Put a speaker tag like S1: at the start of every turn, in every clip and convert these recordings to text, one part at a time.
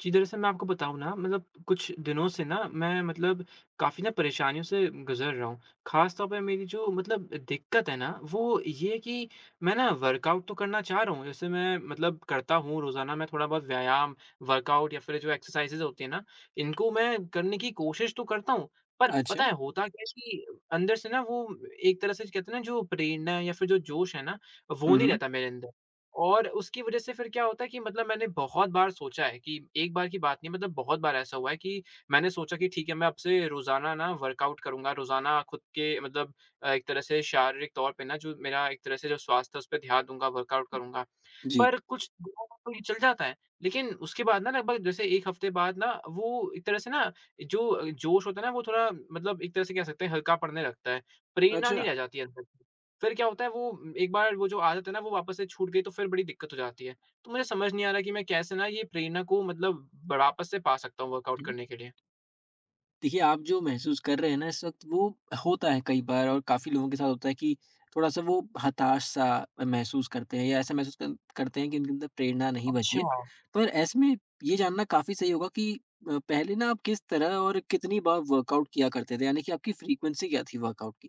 S1: जी, दरअसल मैं आपको बताऊँ ना मतलब कुछ दिनों से ना मैं मतलब काफ़ी ना परेशानियों से गुज़र रहा हूँ। ख़ास तौर पे मेरी जो मतलब दिक्कत है ना वो ये है कि मैं ना वर्कआउट तो करना चाह रहा हूँ। जैसे मैं मतलब करता हूँ रोज़ाना मैं थोड़ा बहुत व्यायाम, वर्कआउट या फिर जो एक्सरसाइज़ेज़ होती है ना इनको मैं करने की कोशिश तो करता हूँ। पर पता
S2: अच्छा।
S1: है होता क्या है कि अंदर से ना वो एक तरह से कहते हैं ना जो प्रेरणा या फिर जो जोश है ना वो
S2: हुँ,
S1: नहीं
S2: हुँ।
S1: रहता मेरे अंदर। और उसकी वज़ह से फिर क्या होता है कि मतलब मैंने बहुत बार सोचा है कि एक बार की बात नहीं मतलब बहुत बार ऐसा हुआ है कि मैंने सोचा कि ठीक है, मैं अब से रोज़ाना ना वर्कआउट करूँगा, रोज़ाना खुद के मतलब एक तरह से शारीरिक तौर पे ना जो मेरा एक तरह से जो स्वास्थ्य है उस पे ध्यान दूँगा, वर्कआउट करूँगा।
S2: जी।
S1: पर कुछ दिनों तक तो ये चल जाता है, लेकिन उसके बाद ना लगभग जैसे 1 हफ़्ते बाद ना वो एक तरह से ना जो जोश होता है ना वो थोड़ा मतलब एक तरह से कह सकते हैं हल्का पड़ने लगता है, प्रेरणा नहीं
S2: अच्छा।
S1: रह जाती है अंदर। फिर क्या होता है वो एक बार वो जो आदत है ना वो वापस से छूट गई तो फिर बड़ी दिक्कत हो जाती है। तो मुझे समझ नहीं आ रहा कि मैं कैसे ना ये प्रेरणा को मतलब वापस से पा सकता हूँ वर्कआउट
S2: हुँ।
S1: करने के लिए?
S2: देखिए, आप जो महसूस कर रहे हैं ना इस वक़्त वो होता है कई बार और काफ़ी लोगों के साथ होता है कि थोड़ा-सा वो हताश-सा महसूस करते हैं या ऐसा महसूस कर करते हैं कि उनके अंदर प्रेरणा नहीं बची है।
S1: अच्छा।
S2: पर ऐसे में ये जानना काफ़ी सही होगा कि पहले ना आप किस तरह और कितनी बार वर्कआउट किया करते थे? यानी कि आपकी फ्रीक्वेंसी क्या थी वर्कआउट की?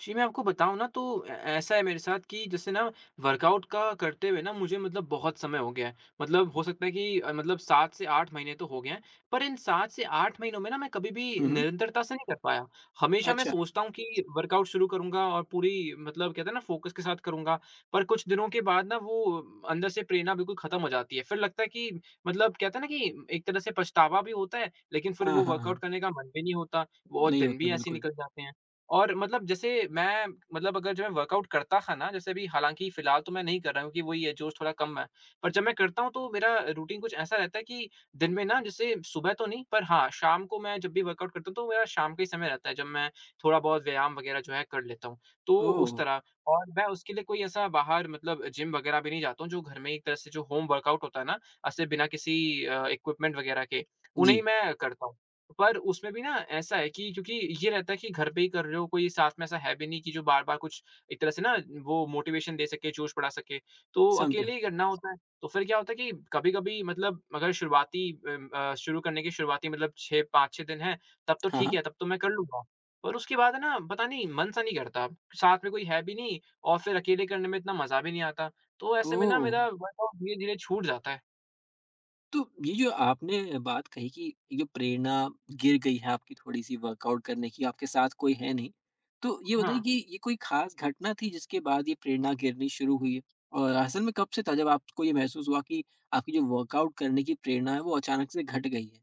S1: जी, मैं आपको बताऊँ ना तो ए ऐसा है मेरे साथ कि जैसे ना वर्कआउट का करते हुए ना मुझे मतलब बहुत समय हो गया है। मतलब हो सकता है कि मतलब 7 से 8 महीने तो हो गए हैं, पर इन 7 से 8 महीनों में ना मैं कभी भी
S2: हुँ, हुँ।
S1: निरंतरता से नहीं कर पाया। हमेशा मैं
S2: अच्छा।
S1: सोचता हूँ कि वर्कआउट शुरू करूँगा और पूरी मतलब कहते हैं ना फ़ोकस के साथ करूँगा, पर कुछ दिनों के बाद ना वो अंदर से प्रेरणा बिल्कुल ख़त्म हो जाती है। फिर लगता है कि मतलब कहते हैं ना कि एक तरह से पछतावा भी होता है, लेकिन फिर
S2: हाँ,
S1: वो
S2: हाँ,
S1: वर्कआउट
S2: हाँ।
S1: करने का मन भी नहीं होता, वो और
S2: नहीं
S1: दिन
S2: होता
S1: भी ऐसे ही
S2: बिल्कुल।
S1: निकल जाते हैं। और मतलब जैसे मैं मतलब अगर जो मैं वर्कआउट करता था ना, जैसे अभी हालाँकि फ़िलहाल तो मैं नहीं कर रहा हूँ क्योंकि वही है जोश थोड़ा कम है। पर जब मैं करता हूँ तो मेरा रूटीन कुछ ऐसा रहता है कि दिन में ना जैसे सुबह तो नहीं पर हाँ, शाम को मैं जब भी वर्कआउट करता हूँ तो मेरा शाम का ही समय रहता है जब मैं थोड़ा-बहुत व्यायाम वग़ैरह जो है कर लेता हूँ। तो
S2: ओह!
S1: उस तरह और मैं उसके लिए कोई ऐसा बाहर मतलब जिम वग़ैरह भी नहीं जाता हूँ जो घर में एक तरह से जो होम वर्कआउट होता है ना, ऐसे बिना किसी इक्विपमेंट वग़ैरह के, उन्हें ही
S2: जी,
S1: मैं करता हूँ। पर उसमें भी ना ऐसा है कि क्योंकि ये रहता है कि घर पे ही कर रहे हो, कोई साथ में ऐसा है भी नहीं कि जो बार-बार कुछ एक तरह से ना वो मोटिवेशन दे सके, जोश बढ़ा सके, तो
S2: समझा।
S1: अकेले ही करना होता है। तो फिर क्या होता है कि कभी-कभी मतलब अगर शुरुआती शुरू करने के शुरुआती मतलब 6 5-6 दिन हैं, तब तो
S2: हाँ,
S1: ठीक
S2: हाँ।
S1: है, तब तो मैं कर लूँगा। पर उसके बाद है ना पता नहीं मन सा नहीं करता, साथ में कोई है भी नहीं और फिर अकेले करने में इतना मज़ा भी नहीं आता। तो ऐसे में ना
S2: ओह!
S1: मेरा वर्कआउट धीरे-धीरे छूट जाता है।
S2: तो ये जो आपने बात कही कि ये जो प्रेरणा गिर गई है आपकी थोड़ी-सी वर्कआउट करने की, आपके साथ कोई है नहीं। तो ये बताइए
S1: हाँ।
S2: कि ये कोई ख़ास घटना थी जिसके बाद ये प्रेरणा गिरनी शुरू हुई है? और असल में कब से था जब आपको ये महसूस हुआ कि आपकी जो वर्कआउट करने की प्रेरणा है वो अचानक से घट गई है?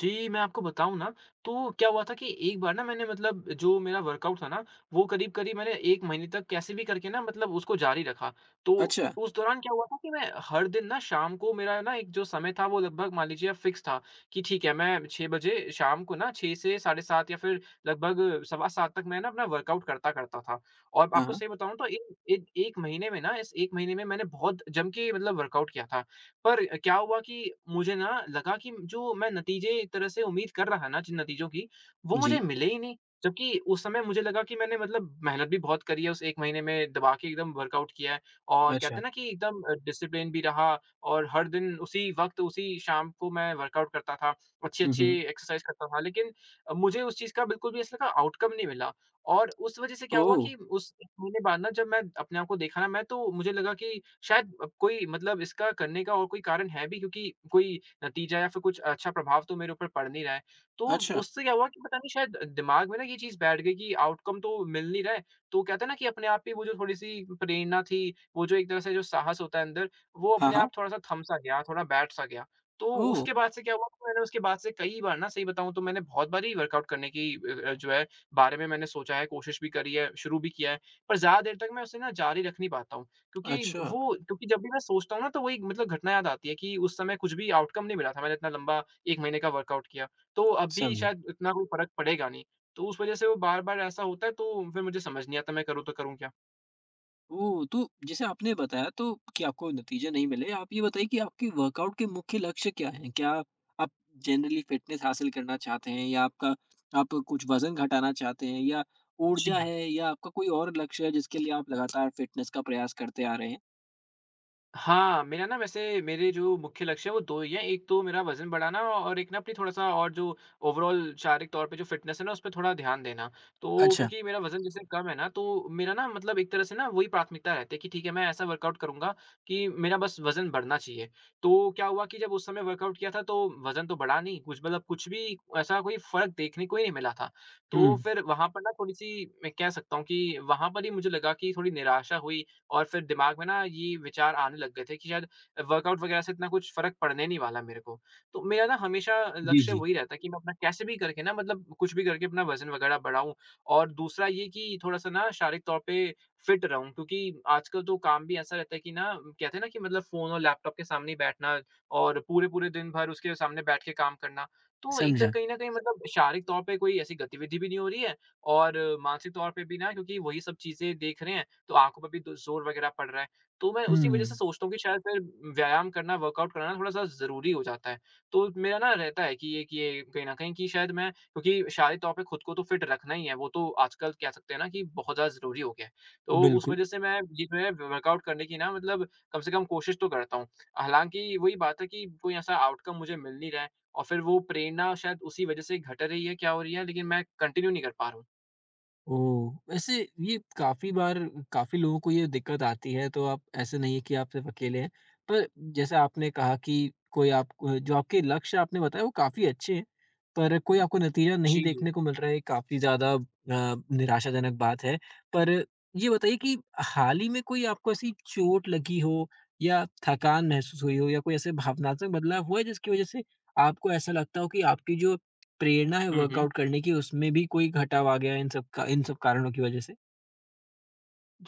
S1: जी, मैं आपको बताऊँ ना, तो क्या हुआ था कि एक बार ना मैंने मतलब जो मेरा वर्कआउट था ना, वो करीब-करीब मैंने 1 महीने तक कैसे भी करके ना मतलब उसको जारी रखा। तो
S2: अच्छा,
S1: उस दौरान क्या हुआ था कि मैं हर दिन ना शाम को मेरा ना एक जो समय था, वो लगभग मान लीजिए आप फ़िक्स था कि ठीक है, मैं 6 बजे शाम को ना 6 से साढ़े 7 या फिर लगभग सवा 7 तक मैं ना अपना वर्कआउट करता करता था। और
S2: हाँ,
S1: आपको
S2: हाँ।
S1: सही बताऊँ तो इन इन 1 महीने में ना इस 1 महीने में मैंने बहुत जम के मतलब वर्कआउट किया था। पर क्या हुआ कि मुझे ना लगा कि जो मैं नतीजे एक तरह से उम्मीद कर रहा ना जिन नतीजों की, वो मुझे
S2: जी,
S1: मिले ही नहीं। जबकि उस समय मुझे लगा कि मैंने मतलब मेहनत भी बहुत करी है, उस 1 महीने में दबा के एकदम वर्कआउट किया है और कहते
S2: अच्छा।
S1: हैं ना कि एकदम डिसिप्लिन भी रहा और हर दिन उसी वक़्त, उसी शाम को मैं वर्कआउट करता था,
S2: हुँ,
S1: अच्छी-अच्छी
S2: हुँ।
S1: एक्सरसाइज़ करता था। लेकिन मुझे उस चीज़ का बिल्कुल भी ऐसा लगा आउटकम नहीं मिला और उस वज़ह से क्या हुआ
S2: ओह!
S1: कि उस 1 महीने बाद ना जब मैं अपने आप को देखा ना मैं तो मुझे लगा कि शायद अब कोई मतलब इसका करने का और कोई कारण है भी क्योंकि कोई नतीजा या फिर कुछ अच्छा प्रभाव तो मेरे ऊपर पड़ नहीं रहा है। तो
S2: अच्छा।
S1: उससे क्या हुआ कि पता नहीं शायद दिमाग में ना ये चीज़ बैठ गई कि आउटकम तो मिल नहीं रहा है। तो कहते हैं ना कि अपने आप ही वो जो थोड़ी-सी प्रेरणा थी, वो जो एक तरह से जो साहस होता है अंदर, वो
S2: हाँ,
S1: अपने आप
S2: हाँ।
S1: थोड़ा-सा थम-सा गया, थोड़ा बैठ-सा गया। तो
S2: ओह!
S1: उसके बाद से क्या हुआ कि मैंने उसके बाद से कई बार ना सही बताऊँ तो मैंने बहुत बारी वर्कआउट करने की जो है बारे में मैंने सोचा है, कोशिश भी करी है, शुरू भी किया है, पर ज़्यादा देर तक मैं उसे ना जारी रख नहीं पाता हूँ। क्योंकि
S2: अच्छा,
S1: वो क्योंकि जब भी मैं सोचता हूँ ना तो वही मतलब घटना याद आती है कि उस समय कुछ भी आउटकम नहीं मिला था। मैंने इतना लंबा 1 महीने का वर्कआउट किया, तो अब भी
S2: समझा।
S1: शायद इतना कोई फ़र्क पड़ेगा नहीं। तो उस वज़ह से वो बार-बार ऐसा होता है तो फिर मुझे समझ नहीं आता मैं करूँ तो करूँ क्या?
S2: ओह! तो जैसे आपने बताया तो कि आपको नतीजे नहीं मिले। आप ये बताइए कि आपके वर्कआउट के मुख्य लक्ष्य क्या हैं? क्या आप जनरली फ़िटनेस हासिल करना चाहते हैं या आपका आप कुछ वज़न घटाना चाहते हैं या
S1: जी।
S2: ऊर्जा है या आपका कोई और लक्ष्य है जिसके लिए आप लगातार फ़िटनेस का प्रयास करते आ रहे हैं?
S1: हाँ, मेरा ना वैसे मेरे जो मुख्य लक्ष्य है वो 2 ही हैं। एक तो मेरा वज़न बढ़ाना और एक ना अपनी थोड़ा-सा और जो ओवरॉल शारीरिक तौर पे जो फ़िटनेस है ना, उस पे थोड़ा ध्यान देना। तो
S2: अच्छा।
S1: क्योंकि मेरा वज़न जैसे कम है ना, तो मेरा ना मतलब एक तरह से ना वही प्राथमिकता रहती है कि ठीक है, मैं ऐसा वर्कआउट करूँगा कि मेरा बस वज़न बढ़ना चाहिए। तो क्या हुआ कि जब उस समय वर्कआउट किया था तो वज़न तो बढ़ा नहीं, कुछ भी ऐसा कोई फ़र्क देखने को ही नहीं मिला था। तो
S2: हुँ।
S1: फिर वहाँ पर ना थोड़ी-सी मैं कह सकता हूँ कि वहाँ पर ही मुझे लगा कि थोड़ी निराशा हुई और फिर दिमाग में ना ये विचार आने लग गए थे कि शायद वर्कआउट वगैरह से इतना कुछ फ़र्क पड़ने नहीं वाला मेरे को। तो मेरा ना हमेशा
S2: जी,
S1: लक्ष्य
S2: जी।
S1: वही रहता है कि मैं अपना कैसे भी करके ना मतलब कुछ भी करके अपना वज़न वगैरह बढ़ाऊँ और दूसरा ये कि थोड़ा-सा ना शारीरिक तौर पे फ़िट रहूँ क्योंकि आजकल तो काम भी ऐसा रहता है कि ना कहते हैं ना कि मतलब फ़ोन और लैपटॉप के सामने ही बैठना और पूरे-पूरे दिन भर उसके सामने बैठ के काम करना। तो एक तरह
S2: समझा।
S1: कहीं न कहीं मतलब शारीरिक तौर पे कोई ऐसी गतिविधि भी नहीं हो रही है और मानसिक तौर पे भी ना क्योंकि वही सब चीज़ें देख रहे हैं तो आँखों पे भी दो ज़ोर वग़ैरह पड़ रहा है। तो मैं उसी वज़ह से
S2: हुँ,
S1: सोचता हूँ कि शायद फिर व्यायाम करना, वर्कआउट करना थोड़ा-सा ज़रूरी हो जाता है। तो मेरा ना रहता है कि ये कहीं न कहीं कि शायद मैं क्योंकि शारीरिक तौर पे खुद को तो फिट रखना ही है, वो तो आजकल कह सकते हैं ना कि बहुत ज़्यादा ज़रूरी हो गया है। तो उस
S2: बिल्कुल।
S1: वज़ह से मैं ये जो है वर्कआउट करने की ना मतलब कम से कम कोशिश तो करता हूँ। हालाँकि वही बात है कि कोई ऐसा आउटकम मुझे मिल नहीं रहा है और फिर वो प्रेरणा शायद उसी वज़ह से घट रही है, क्या हो रही है, लेकिन मैं कंटिन्यू नहीं कर पा रहा हूँ।
S2: ओह! वैसे ये काफ़ी बार काफ़ी लोगों को ये दिक्कत आती है, तो आप ऐसे नहीं है कि आप सिर्फ़ अकेले हैं। पर जैसे आपने कहा कि कोई आपको जो आपके लक्ष्य आपने बताया वो काफ़ी अच्छे हैं, पर कोई आपको नतीजा नहीं
S1: जी।
S2: देखने को मिल रहा है, ये काफ़ी ज़्यादा निराशाजनक बात है। पर ये बताइए कि हाल ही में कोई आपको ऐसी चोट लगी हो या थकान महसूस हुई हो या कोई ऐसे भावनात्मक बदलाव हुआ है जिसकी वज़ह से आपको ऐसा लगता हो कि आपकी जो प्रेरणा है
S1: हुँ, हुँ।
S2: वर्कआउट करने की उसमें भी कोई घटाव आ गया इन सब कारणों की वजह से?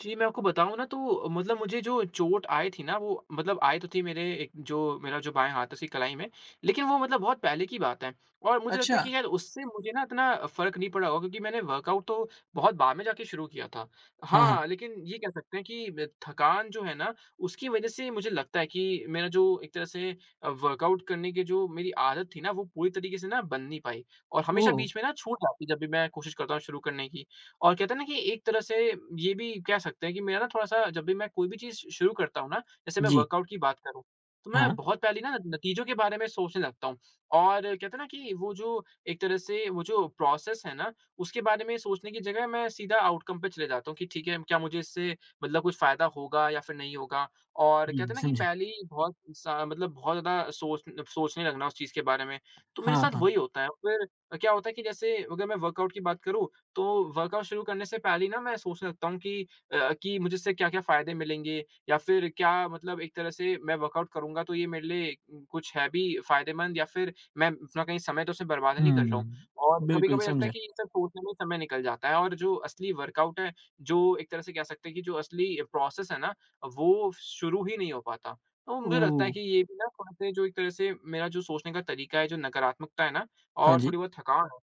S1: जी, मैं आपको बताऊँ ना तो मतलब मुझे जो चोट आई थी ना वो मतलब आई तो थी मेरे एक जो मेरा जो बाएँ हाथ है उसकी कलाई में, लेकिन वो मतलब बहुत पहले की बात है। और मुझे लगता
S2: अच्छा,
S1: है कि शायद उससे मुझे ना इतना फ़र्क नहीं पड़ा होगा क्योंकि मैंने वर्कआउट तो बहुत बाद में जाके शुरू किया था।
S2: हाँ, हाँ।
S1: हाँ, लेकिन ये कह सकते हैं कि ब थकान जो है ना उसकी वज़ह से मुझे लगता है कि मेरा जो एक तरह से वर्कआउट करने की जो मेरी आदत थी ना वो पूरी तरीके से ना बन नहीं पाई। और हमेशा
S2: ओह!
S1: बीच में ना छूट जाती है जब भी मैं कोशिश करता हूँ शुरू करने की। और कहते हैं ना कि एक तरह से ये भी कह सकते हैं कि मेरा ना थोड़ा-सा जब भी मैं कोई भी चीज़ शुरू करता हूँ ना, जैसे मैं
S2: जी,
S1: वर्कआउट की बात करूँ, तो मैं
S2: हाँ।
S1: बहुत पहले ना नतीजों के बारे में सोचने लगता हूँ। और कहते हैं ना कि वो जो एक तरह से वो जो प्रोसेस है ना, उसके बारे में सोचने की जगह मैं सीधा आउटकम पे चले जाता हूँ कि ठीक है, क्या मुझे इससे मतलब कुछ फ़ायदा होगा या फिर नहीं होगा। और
S2: जी।
S1: कहते हैं ना कि
S2: समझा।
S1: पहले ही बहुत सा मतलब बहुत ज़्यादा सोचने लगना उस चीज़ के बारे में, तो मेरे
S2: हाँ,
S1: साथ
S2: हाँ।
S1: वही होता है। फिर क्या होता है कि जैसे अगर मैं वर्कआउट की बात करूँ तो वर्कआउट शुरू करने से पहले ही ना मैं सोचने लगता हूँ कि मुझे इससे क्या-क्या फ़ायदे मिलेंगे या फिर क्या मतलब एक तरह से मैं वर्कआउट करूँगा तो ये मेरे लिए कुछ है भी फ़ायदेमंद या फिर मैं अपना कहीं समय तो उसमें बर्बाद नहीं कर रहा हूँ।
S2: हुँ,
S1: और
S2: बिल्कुल
S1: कभी-कभी लगता है
S2: समझा।
S1: कि ये सब सोचने में समय निकल जाता है और जो असली वर्कआउट है, जो एक तरह से कह सकते हैं कि जो असली प्रोसेस है ना, वो शुरू ही नहीं हो पाता। तो मुझे लगता
S2: ओह!
S1: है कि ये भी ना थोड़े-से जो एक तरह से मेरा जो सोचने का तरीका है, जो नकारात्मकता है ना
S2: हाँ
S1: और
S2: जी।
S1: थोड़ी बहुत थकान है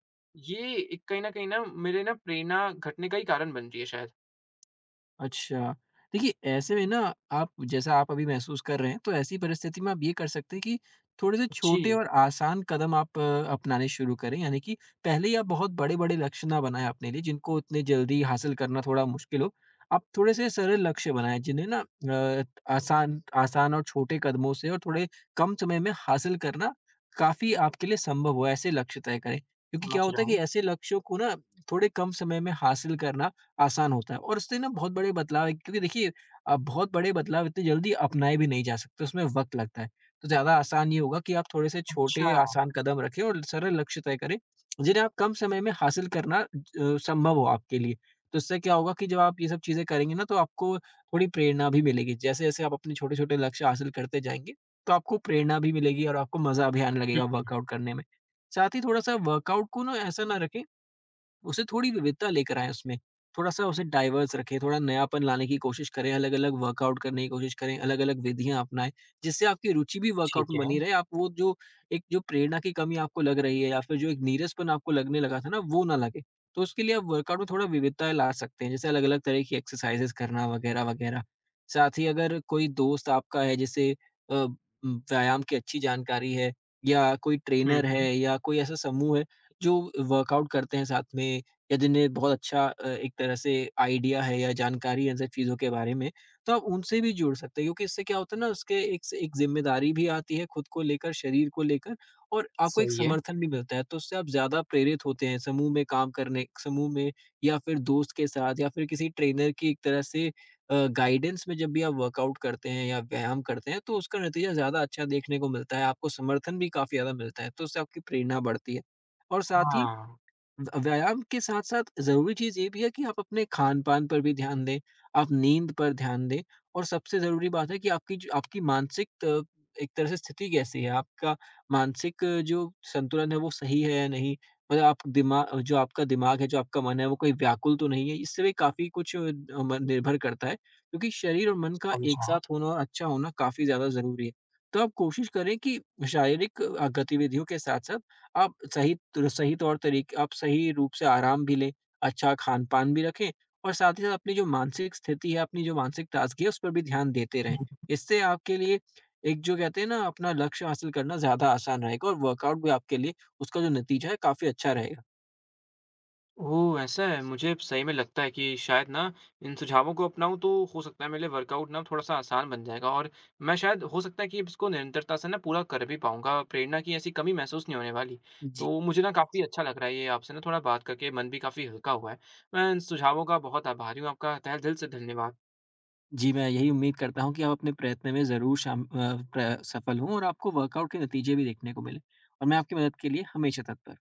S1: ये एक कहीं न कहीं ना मेरे ना प्रेरणा घटने का ही कारण बन रही है शायद।
S2: अच्छा। देखिए, ऐसे में ना आप जैसा आप अभी महसूस कर रहे हैं, तो ऐसी परिस्थिति में आप ये कर सकते हैं कि थोड़े से छोटे
S1: जी,
S2: और आसान कदम आप अपनाने शुरू करें। यानी कि पहले ही आप बहुत बड़े-बड़े लक्ष्य ना बनाएँ अपने लिए, जिनको इतने जल्दी हासिल करना थोड़ा मुश्किल हो। आप थोड़े से सरल लक्ष्य बनाएँ, जिन्हें ना अ, आसान आसान और छोटे कदमों से और थोड़े कम समय में हासिल करना काफ़ी आपके लिए संभव हो, ऐसे लक्ष्य तय करें। क्योंकि
S1: समझ
S2: क्या होता
S1: रहा
S2: है कि
S1: हूँ।
S2: ऐसे लक्ष्यों को ना थोड़े कम समय में हासिल करना आसान होता है और उससे ना बहुत बड़े बदलाव है क्योंकि देखिए बहुत बड़े बदलाव इतने जल्दी अपनाए भी नहीं जा सकते, उसमें वक़्त लगता है। तो ज़्यादा आसान ये होगा कि आप थोड़े-से छोटे
S1: अच्छा।
S2: आसान कदम रखें और सरल लक्ष्य तय करें, जिन्हें आप कम समय में हासिल करना संभव हो आपके लिए। तो इससे क्या होगा कि जब आप ये सब चीज़ें करेंगे ना तो आपको थोड़ी प्रेरणा भी मिलेगी। जैसे-जैसे आप अपने छोटे-छोटे लक्ष्य हासिल करते जाएँगे, तो आपको प्रेरणा भी मिलेगी और आपको मज़ा भी आने
S1: हुँ,
S2: लगेगा
S1: हुँ,
S2: वर्कआउट करने में। साथ ही थोड़ा-सा वर्कआउट को ना ऐसा ना रखें, उसे थोड़ी विविधता लेकर आएँ उसमें। थोड़ा-सा उसे डाइवर्स रखें, थोड़ा नयापन लाने की कोशिश करें, अलग-अलग वर्कआउट करने की कोशिश करें, अलग-अलग विधियाँ अपनाएँ, जिससे आपकी रुचि भी वर्कआउट
S1: ठीक
S2: में
S1: है।
S2: बनी रहे। आप वो जो एक जो प्रेरणा की कमी आपको लग रही है या फिर जो एक नीरसपन आपको लगने लगा था ना, वो ना लगे। तो उसके लिए आप वर्कआउट में थोड़ा विविधता ला सकते हैं, जैसे अलग-अलग तरह की एक्सरसाइज़ेज़ करना वगैरह-वगैरह। साथ ही अगर कोई दोस्त आपका है जिसे अ, व्यायाम की अच्छी जानकारी है, या कोई
S1: हुँ,
S2: ट्रेनर है,
S1: हुँ,
S2: या कोई ऐसा समूह है जो वर्कआउट करते हैं साथ में, या जिन्हें बहुत अच्छा एक तरह से आइडिया है या जानकारी है इन सब चीज़ों के बारे में, तो आप उनसे भी जुड़ सकते हैं क्योंकि इससे क्या होता है ना उसके एक से एक ज़िम्मेदारी भी आती है खुद को लेकर, शरीर को लेकर, और आपको एक
S1: सही है।
S2: समर्थन भी मिलता है, तो उससे आप ज़्यादा प्रेरित होते हैं। समूह में या फिर दोस्त के साथ या फिर किसी ट्रेनर की एक तरह से गाइडेंस में जब भी आप वर्कआउट करते हैं या व्यायाम करते हैं, तो उसका नतीजा ज़्यादा अच्छा देखने को मिलता है, आपको समर्थन भी काफ़ी ज़्यादा मिलता है, तो उससे आपकी प्रेरणा बढ़ती है। और साथ ही
S1: हाँ,
S2: व व्यायाम के साथ-साथ ज़रूरी चीज़ ये भी है कि आप अपने खान-पान पर भी ध्यान दें, आप नींद पर ध्यान दें और सबसे ज़रूरी बात है कि आपकी मानसिक त एक तरह से स्थिति कैसी है? आपका मानसिक जो संतुलन है वो सही है या नहीं? मतलब आप दिमा जो आपका दिमाग है, जो आपका मन है वो कहीं व्याकुल तो नहीं है? इससे भी काफ़ी कुछ अ, म निर्भर करता है क्योंकि शरीर और मन का एक
S1: समझा।
S2: साथ होना और अच्छा होना काफ़ी ज़्यादा ज़रूरी है। तो आप कोशिश करें कि शारीरिक गतिविधियों के साथ-साथ आप सही त सही तौर तरीके आप सही रूप से आराम भी लें, अच्छा खान-पान भी रखें और साथ ही साथ अपनी जो मानसिक स्थिति है, अपनी जो मानसिक ताज़गी है, उस पर भी ध्यान देते रहें। इससे आपके लिए एक जो कहते हैं ना अपना लक्ष्य हासिल करना ज़्यादा आसान रहेगा और वर्कआउट भी आपके लिए, उसका जो नतीजा है, काफ़ी अच्छा रहेगा।
S1: ओह! ऐसा है, मुझे अब सही में लगता है कि शायद ना इन सुझावों को अपनाऊँ तो हो सकता है मेरे लिए वर्कआउट ना थोड़ा-सा आसान बन जाएगा और मैं शायद हो सकता है कि इसको निरंतरता से ना पूरा कर भी पाऊँगा, प्रेरणा की ऐसी कमी महसूस नहीं होने वाली।
S2: जी।
S1: तो मुझे ना काफ़ी अच्छा लग रहा है ये आपसे ना थोड़ा बात करके मन भी काफ़ी हल्का हुआ है। मैं इन सुझावों का बहुत आभारी हूँ, आपका तहे दिल से धन्यवाद।
S2: जी, मैं यही उम्मीद करता हूँ कि आप अपने प्रयत्न में ज़रूर शाम अ, प्र सफल हों और आपको वर्कआउट के नतीजे भी देखने को मिलें और मैं आपकी मदद के लिए हमेशा तत्पर हूँ।